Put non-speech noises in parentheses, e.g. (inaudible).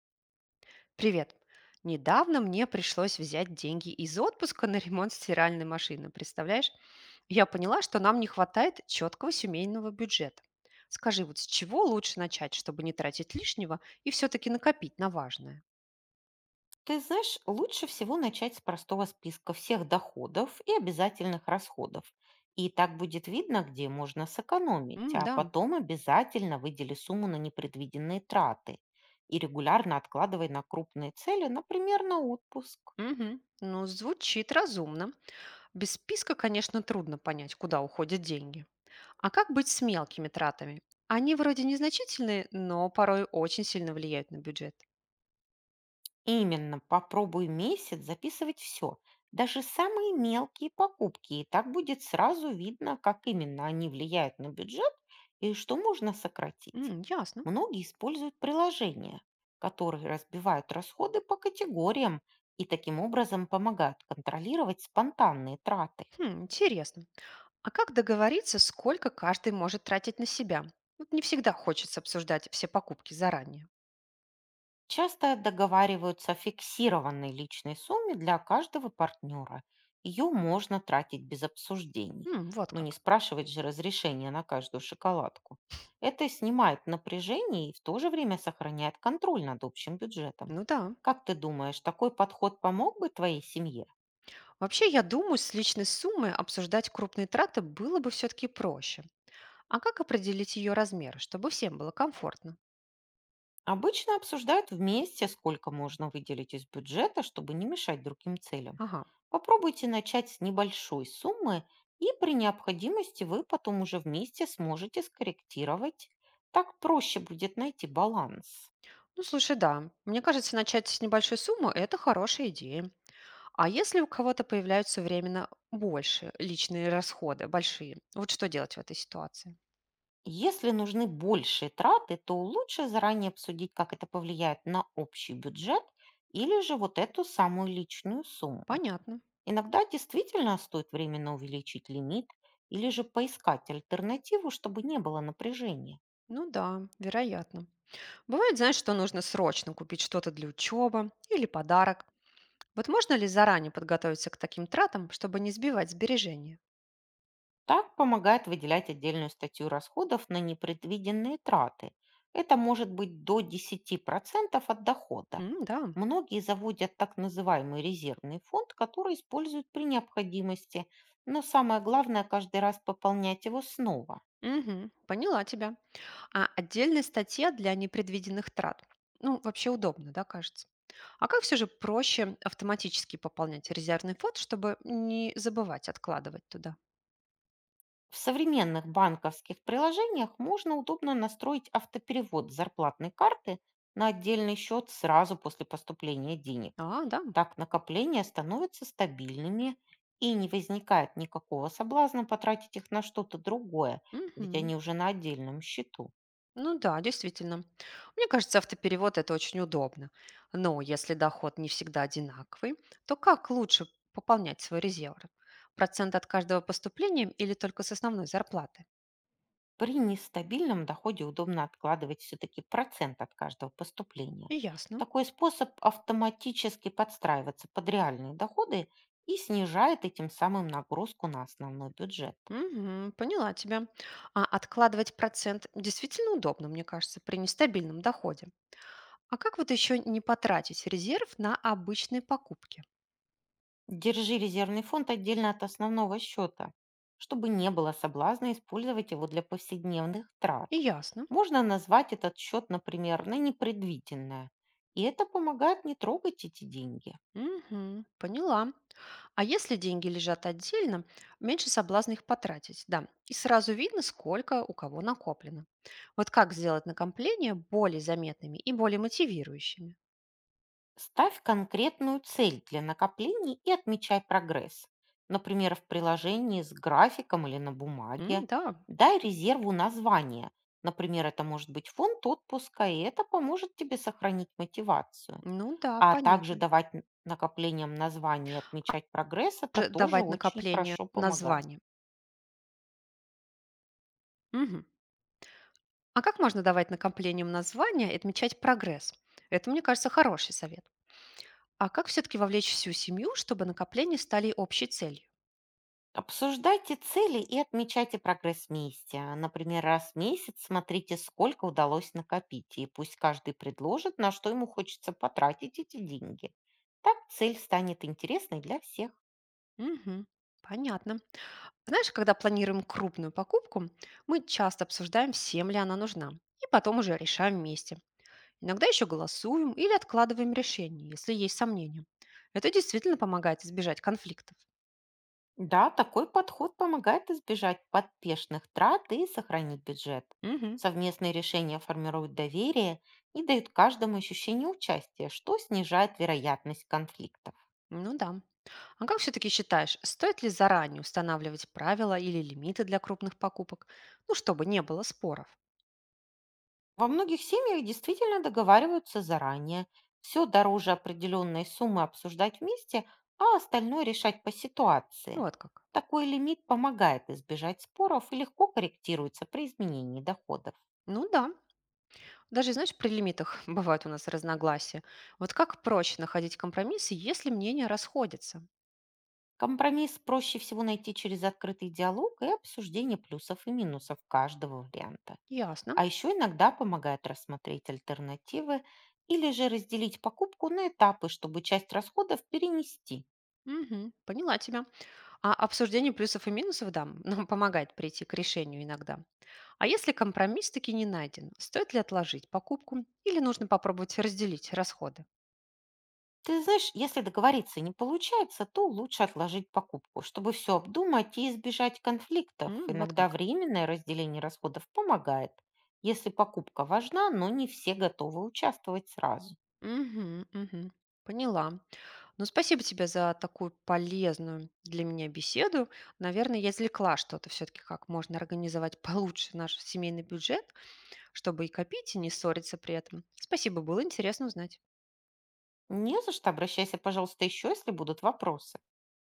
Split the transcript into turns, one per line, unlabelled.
Привет. Недавно мне пришлось взять деньги из отпуска на ремонт стиральной машины. Представляешь? Я поняла, что нам не хватает четкого семейного бюджета. Скажи, вот с чего лучше начать, чтобы не тратить лишнего и все-таки накопить на важное?
Ты знаешь, лучше всего начать с простого списка всех доходов и обязательных расходов. И так будет видно, где можно сэкономить,
М,
а
да.
потом обязательно выдели сумму на непредвиденные траты и регулярно откладывай на крупные цели, например, на отпуск.
Мгм. Ну, звучит разумно. Без списка, конечно, трудно понять, куда уходят деньги. А как быть с мелкими тратами? Они вроде незначительные, но порой очень сильно влияют на бюджет.
Именно, попробуй месяц записывать все, даже самые мелкие покупки, и так будет сразу видно, как именно они влияют на бюджет и что можно сократить.
М, ясно.
Многие используют приложения, которые разбивают расходы по категориям и таким образом помогают контролировать спонтанные траты.
Хм, интересно. А как договориться, сколько каждый может тратить на себя? Вот не всегда хочется обсуждать все покупки заранее.
Часто договариваются о фиксированной личной сумме для каждого партнера. Ее можно тратить без обсуждений.
М, вот
Но не
как.
спрашивать же разрешения на каждую шоколадку. Это снимает напряжение и в то же время сохраняет контроль над общим бюджетом.
Ну да.
Как ты думаешь, такой подход помог бы твоей семье?
Вообще, я думаю, с личной суммы обсуждать крупные траты было бы все-таки проще. А как определить ее размер, чтобы всем было комфортно?
Обычно обсуждают вместе, сколько можно выделить из бюджета, чтобы не мешать другим целям.
Ага.
Попробуйте начать с небольшой суммы, и при необходимости вы потом уже вместе сможете скорректировать. Так проще будет найти баланс.
Ну, слушай, да. Мне кажется, начать с небольшой суммы – это хорошая идея. А если у кого-то появляются временно больше личные расходы, большие, вот что делать в этой ситуации?
Если нужны большие траты, то лучше заранее обсудить, как это повлияет на общий бюджет или же вот эту самую личную сумму.
Понятно.
Иногда действительно стоит временно увеличить лимит или же поискать альтернативу, чтобы не было напряжения.
Ну да, вероятно. Бывает, знаешь, что нужно срочно купить что-то для учебы или подарок. Вот можно ли заранее подготовиться к таким тратам, чтобы не сбивать сбережения?
Так помогает выделять отдельную статью расходов на непредвиденные траты. Это может быть до 10% от дохода.
М, да.
Многие заводят так называемый резервный фонд, который используют при необходимости, но самое главное каждый раз пополнять его снова.
Мгм, поняла тебя. А отдельная статья для непредвиденных трат. Ну, вообще удобно, да, кажется. А как все же проще автоматически пополнять резервный фонд, чтобы не забывать откладывать туда?
В современных банковских приложениях можно удобно настроить автоперевод с зарплатной карты на отдельный счет сразу после поступления денег.
А, да.
Так накопления становятся стабильными и не возникает никакого соблазна потратить их на что-то другое, ведь
Мгм.
они уже на отдельном счету.
Ну да, действительно. Мне кажется, автоперевод – это очень удобно. Но если доход не всегда одинаковый, то как лучше пополнять свой резерв? Процент от каждого поступления или только с основной зарплаты?
При нестабильном доходе удобно откладывать все-таки процент от каждого поступления.
Ясно.
Такой способ автоматически подстраивается под реальные доходы и снижает этим самым нагрузку на основной бюджет.
Мгм, поняла тебя. А откладывать процент действительно удобно, мне кажется, при нестабильном доходе. А как вот еще не потратить резерв на обычные покупки?
Держи резервный фонд отдельно от основного счета, чтобы не было соблазна использовать его для повседневных трат.
И ясно.
Можно назвать этот счет, например, на непредвиденное. И это помогает не трогать эти деньги.
Мгм, поняла. А если деньги лежат отдельно, меньше соблазна их потратить, да. И сразу видно, сколько у кого накоплено. Вот как сделать накопления более заметными и более мотивирующими?
Ставь конкретную цель для накоплений и отмечай прогресс. Например, в приложении с графиком или на
М,
бумаге.
да.
Дай резерву название. Например, это может быть фонд отпуска, и это поможет тебе сохранить мотивацию.
Ну да,
А также
понятно.
давать накоплениям название и отмечать прогресс, это
Же
тоже
давать
очень
накопление
хорошо помогает.
название. Мгм. А как можно давать накоплениям названия и отмечать прогресс? Это, мне кажется, хороший совет. А как все-таки вовлечь всю семью, чтобы накопления стали общей целью?
Обсуждайте цели и отмечайте прогресс вместе. Например, раз в месяц смотрите, сколько удалось накопить, и пусть каждый предложит, на что ему хочется потратить эти деньги. Так цель станет интересной для всех.
Мгм. Понятно. Знаешь, когда планируем крупную покупку, мы часто обсуждаем, всем ли она нужна, и потом уже решаем вместе. Иногда еще голосуем или откладываем решение, если есть сомнения. Это действительно помогает избежать конфликтов.
Да, такой подход помогает избежать подпешных трат и сохранить бюджет.
Мгм.
Совместные решения формируют доверие и дают каждому ощущение участия, что снижает вероятность конфликта.
Ну да. А как все-таки считаешь, стоит ли заранее устанавливать правила или лимиты для крупных покупок? Ну, чтобы не было споров.
Во многих семьях действительно договариваются заранее. Все дороже определенной суммы обсуждать вместе, а остальное решать по ситуации.
Вот как.
Такой лимит помогает избежать споров и легко корректируется при изменении доходов.
Ну да. Даже, знаешь, при лимитах (laughs) бывают у нас разногласия. Вот как проще находить компромиссы, если мнения расходятся?
Компромисс проще всего найти через открытый диалог и обсуждение плюсов и минусов каждого варианта.
Ясно.
А еще иногда помогает рассмотреть альтернативы или же разделить покупку на этапы, чтобы часть расходов перенести.
Мгм, поняла тебя. А обсуждение плюсов и минусов, да, нам помогает прийти к решению иногда. А если компромисс таки не найден, стоит ли отложить покупку или нужно попробовать разделить расходы?
Ты знаешь, если договориться не получается, то лучше отложить покупку, чтобы все обдумать и избежать конфликтов.
М, вот
Иногда
как.
временное разделение расходов помогает, если покупка важна, но не все готовы участвовать сразу.
Мгм, мгм, поняла. Ну, спасибо тебе за такую полезную для меня беседу. Наверное, я извлекла что-то все-таки, как можно организовать (laughs) получше наш семейный бюджет, чтобы и копить, и не ссориться при этом. Спасибо, было интересно узнать.
Не за что, обращайся, пожалуйста, еще, если будут вопросы.